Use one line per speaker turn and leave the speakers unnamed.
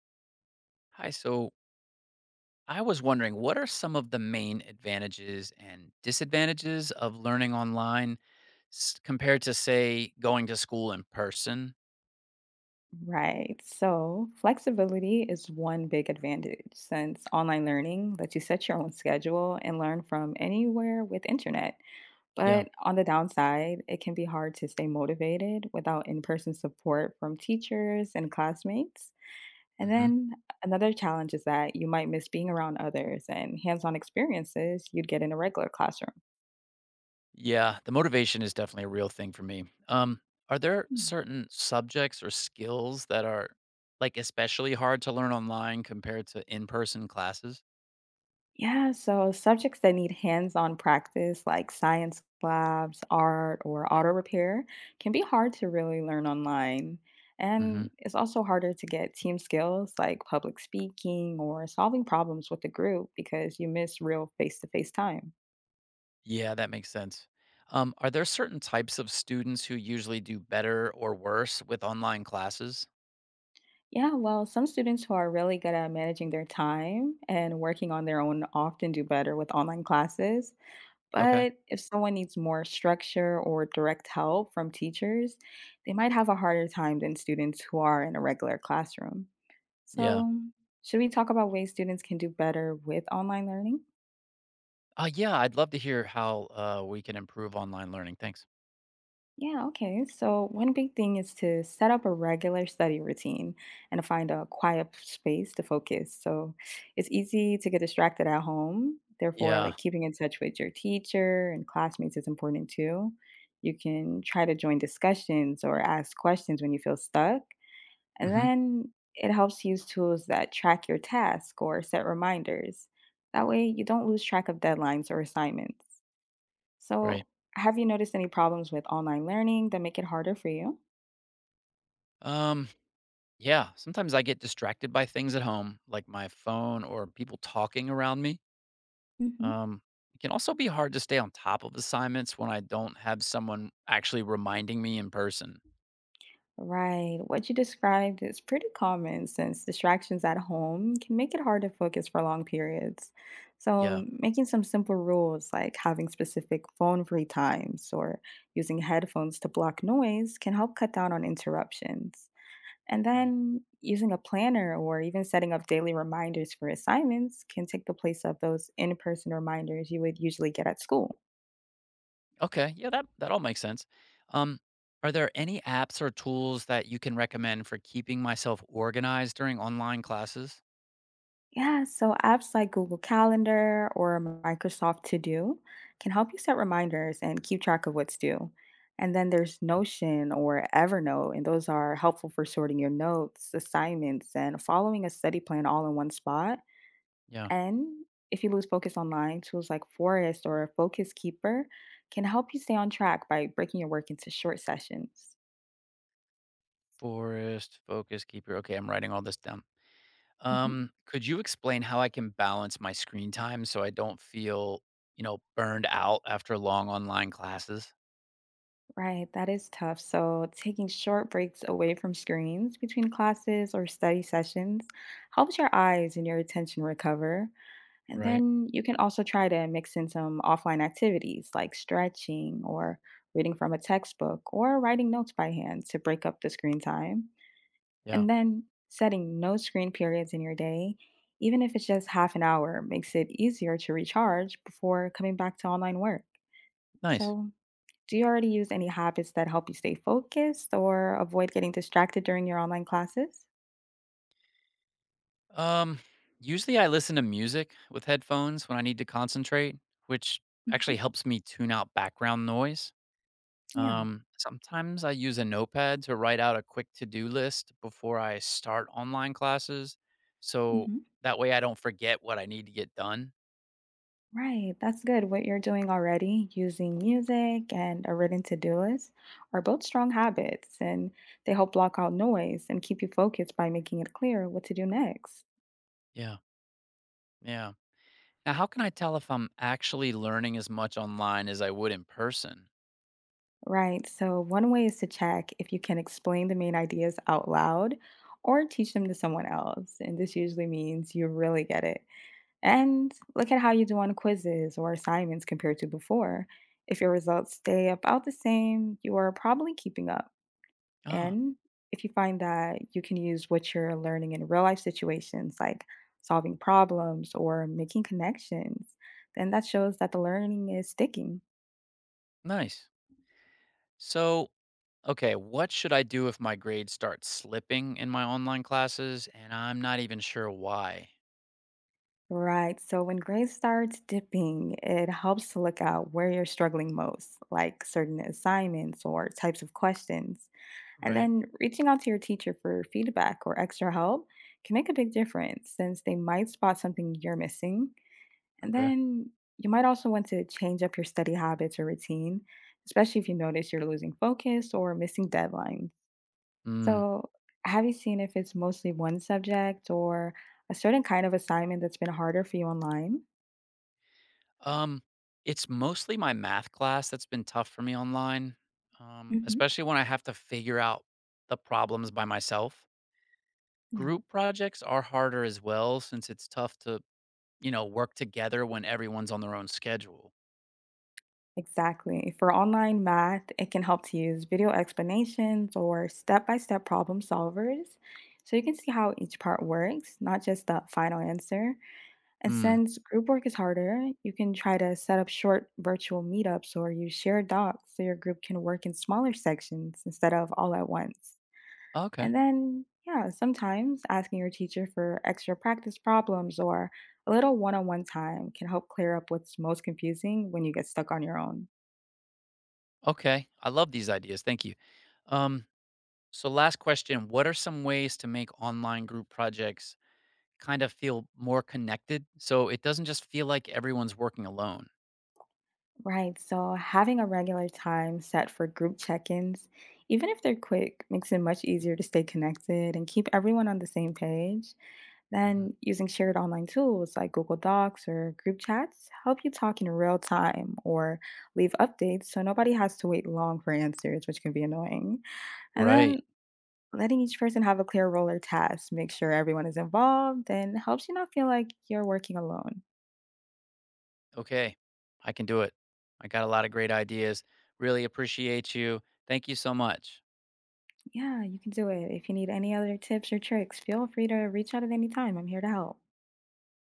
Hi. So I was wondering, what are some of the main advantages and disadvantages of learning online compared to, say, going to school in person?
Right. So, flexibility is one big advantage since online learning lets you set your own schedule and learn from anywhere with internet.
Yeah.
But on the downside, it can be hard to stay motivated without in-person support from teachers and classmates. And
Hmm.
then another challenge is that you might miss being around others and hands-on experiences you'd get in a regular classroom.
Yeah. The motivation is definitely a real thing for me. Are there certain subjects or skills that are like especially hard to learn online compared to in person classes?
Yeah, so subjects that need hands-on practice, like science labs, art, or auto repair, can be hard to really learn online.
Hmm.
And it's also harder to get team skills like public speaking or solving problems with a group because you miss real face-to-face time.
Yeah, that makes sense. Are there certain types of students who usually do better or worse with online classes?
Yeah, well, some students who are really good at managing their time and working on their own often do better with online classes.
Okay.
But if someone needs more structure or direct help from teachers, they might have a harder time than students who are in a regular classroom.
Yeah.
So, should we talk about ways students can do better with online learning?
Yeah, I'd love to hear how, we can improve online learning. Thanks.
Yeah, okay. So, one big thing is to set up a regular study routine and to find a quiet space to focus. So, it's easy to get distracted at home. Therefore,
Yeah.
like keeping in touch with your teacher and classmates is important too. You can try to join discussions or ask questions when you feel stuck. And
Hmm.
then it helps use tools that track your task or set reminders. That way, you don't lose track of deadlines or assignments.
Right.
So, have you noticed any problems with online learning that make it harder for you?
Um, yeah. Sometimes I get distracted by things at home, like my phone or people talking around me.
Hmm.
Um, it can also be hard to stay on top of assignments when I don't have someone actually reminding me in person.
Right. What you described is pretty common since distractions at home can make it hard to focus for long periods.
Yeah.
So, making some simple rules like having specific phone free times or using headphones to block noise can help cut down on interruptions. And
Right.
then using a planner or even setting up daily reminders for assignments can take the place of those in person reminders you would usually get at school.
Okay. Yeah. That all makes sense. Um, are there any apps or tools that you can recommend for keeping myself organized during online classes?
Yeah, so apps like Google Calendar or Microsoft To Do can help you set reminders and keep track of what's due. And then there's Notion or Evernote, and those are helpful for sorting your notes, assignments, and following a study plan all in one spot.
Yeah.
And if you lose focus online, tools like Forest or Focus Keeper can help you stay on track by breaking your work into short sessions.
Forest, focus, keeper. Okay, I'm writing all this down.
Mhm.
Could you explain how I can balance my screen time so I don't feel burned out after long online classes?
Right, that is tough. So, taking short breaks away from screens between classes or study sessions helps your eyes and your attention recover. And
Right.
then you can also try to mix in some offline activities like stretching or reading from a textbook or writing notes by hand to break up the screen time.
Yeah.
And then setting no screen periods in your day, even if it's just half an hour, makes it easier to recharge before coming back to online work.
Nice.
So, do you already use any habits that help you stay focused or avoid getting distracted during your online classes?
Um, Usually I listen to music with headphones when I need to concentrate, which
Hmm.
actually helps me tune out background noise.
Yeah.
Sometimes I use a notepad to write out a quick to-do list before I start online classes. So
Hmm.
that way I don't forget what I need to get done.
Right, that's good. What you're doing already, using music and a written to-do list, are both strong habits and they help block out noise and keep you focused by making it clear what to do next.
Yeah. Yeah. Now, how can I tell if I'm actually learning as much online as I would in person?
Right, so one way is to check if you can explain the main ideas out loud or teach them to someone else. And this usually means you really get it. And look at how you do on quizzes or assignments compared to before. If your results stay about the same, you are probably keeping up.
Ah,
And if you find that you can use what you're learning in real life situations, like solving problems or making connections, then that shows that the learning is sticking.
nice. So, okay, what should I do if my grades start slipping in my online classes and I'm not even sure why?
Right. So when grades starts dipping, it helps to look out where you're struggling most, like certain assignments or types of questions. And
Right.
then reaching out to your teacher for feedback or extra help can make a big difference since they might spot something you're missing. And
Okay.
then you might also want to change up your study habits or routine, especially if you notice you're losing focus or missing deadlines.
Mm.
So, have you seen if it's mostly one subject or a certain kind of assignment that's been harder for you online?
Um, it's mostly my math class that's been tough for me online,
Hmm.
especially when I have to figure out the problems by myself.
Yeah.
Group projects are harder as well since it's tough to work together when everyone's on their own schedule.
Exactly. For online math, it can help to use video explanations or step by step problem solvers so you can see how each part works, not just the final answer. And
Mm.
since group work is harder, you can try to set up short virtual meetups or use shared docs so your group can work in smaller sections instead of all at once.
Okay.
And then, yeah, sometimes asking your teacher for extra practice problems or a little one on one time can help clear up what's most confusing when you get stuck on your own.
Okay, I love these ideas. Thank you. Um, so, last question. What are some ways to make online group projects kind of feel more connected so it doesn't just feel like everyone's working alone?
Right. So having a regular time set for group check ins, even if they're quick, makes it much easier to stay connected and keep everyone on the same page.
Hmm.
Then using shared online tools like Google Docs or group chats help you talk in real time or leave updates so nobody has to wait long for answers, which can be annoying. And then
Right.
letting each person have a clear role or task, make sure everyone is involved, and helps you not feel like you're working alone.
Okay, I can do it. I got a lot of great ideas. Really appreciate you. Thank you so much.
Yeah, you can do it. If you need any other tips or tricks, feel free to reach out at any time. I'm here to help.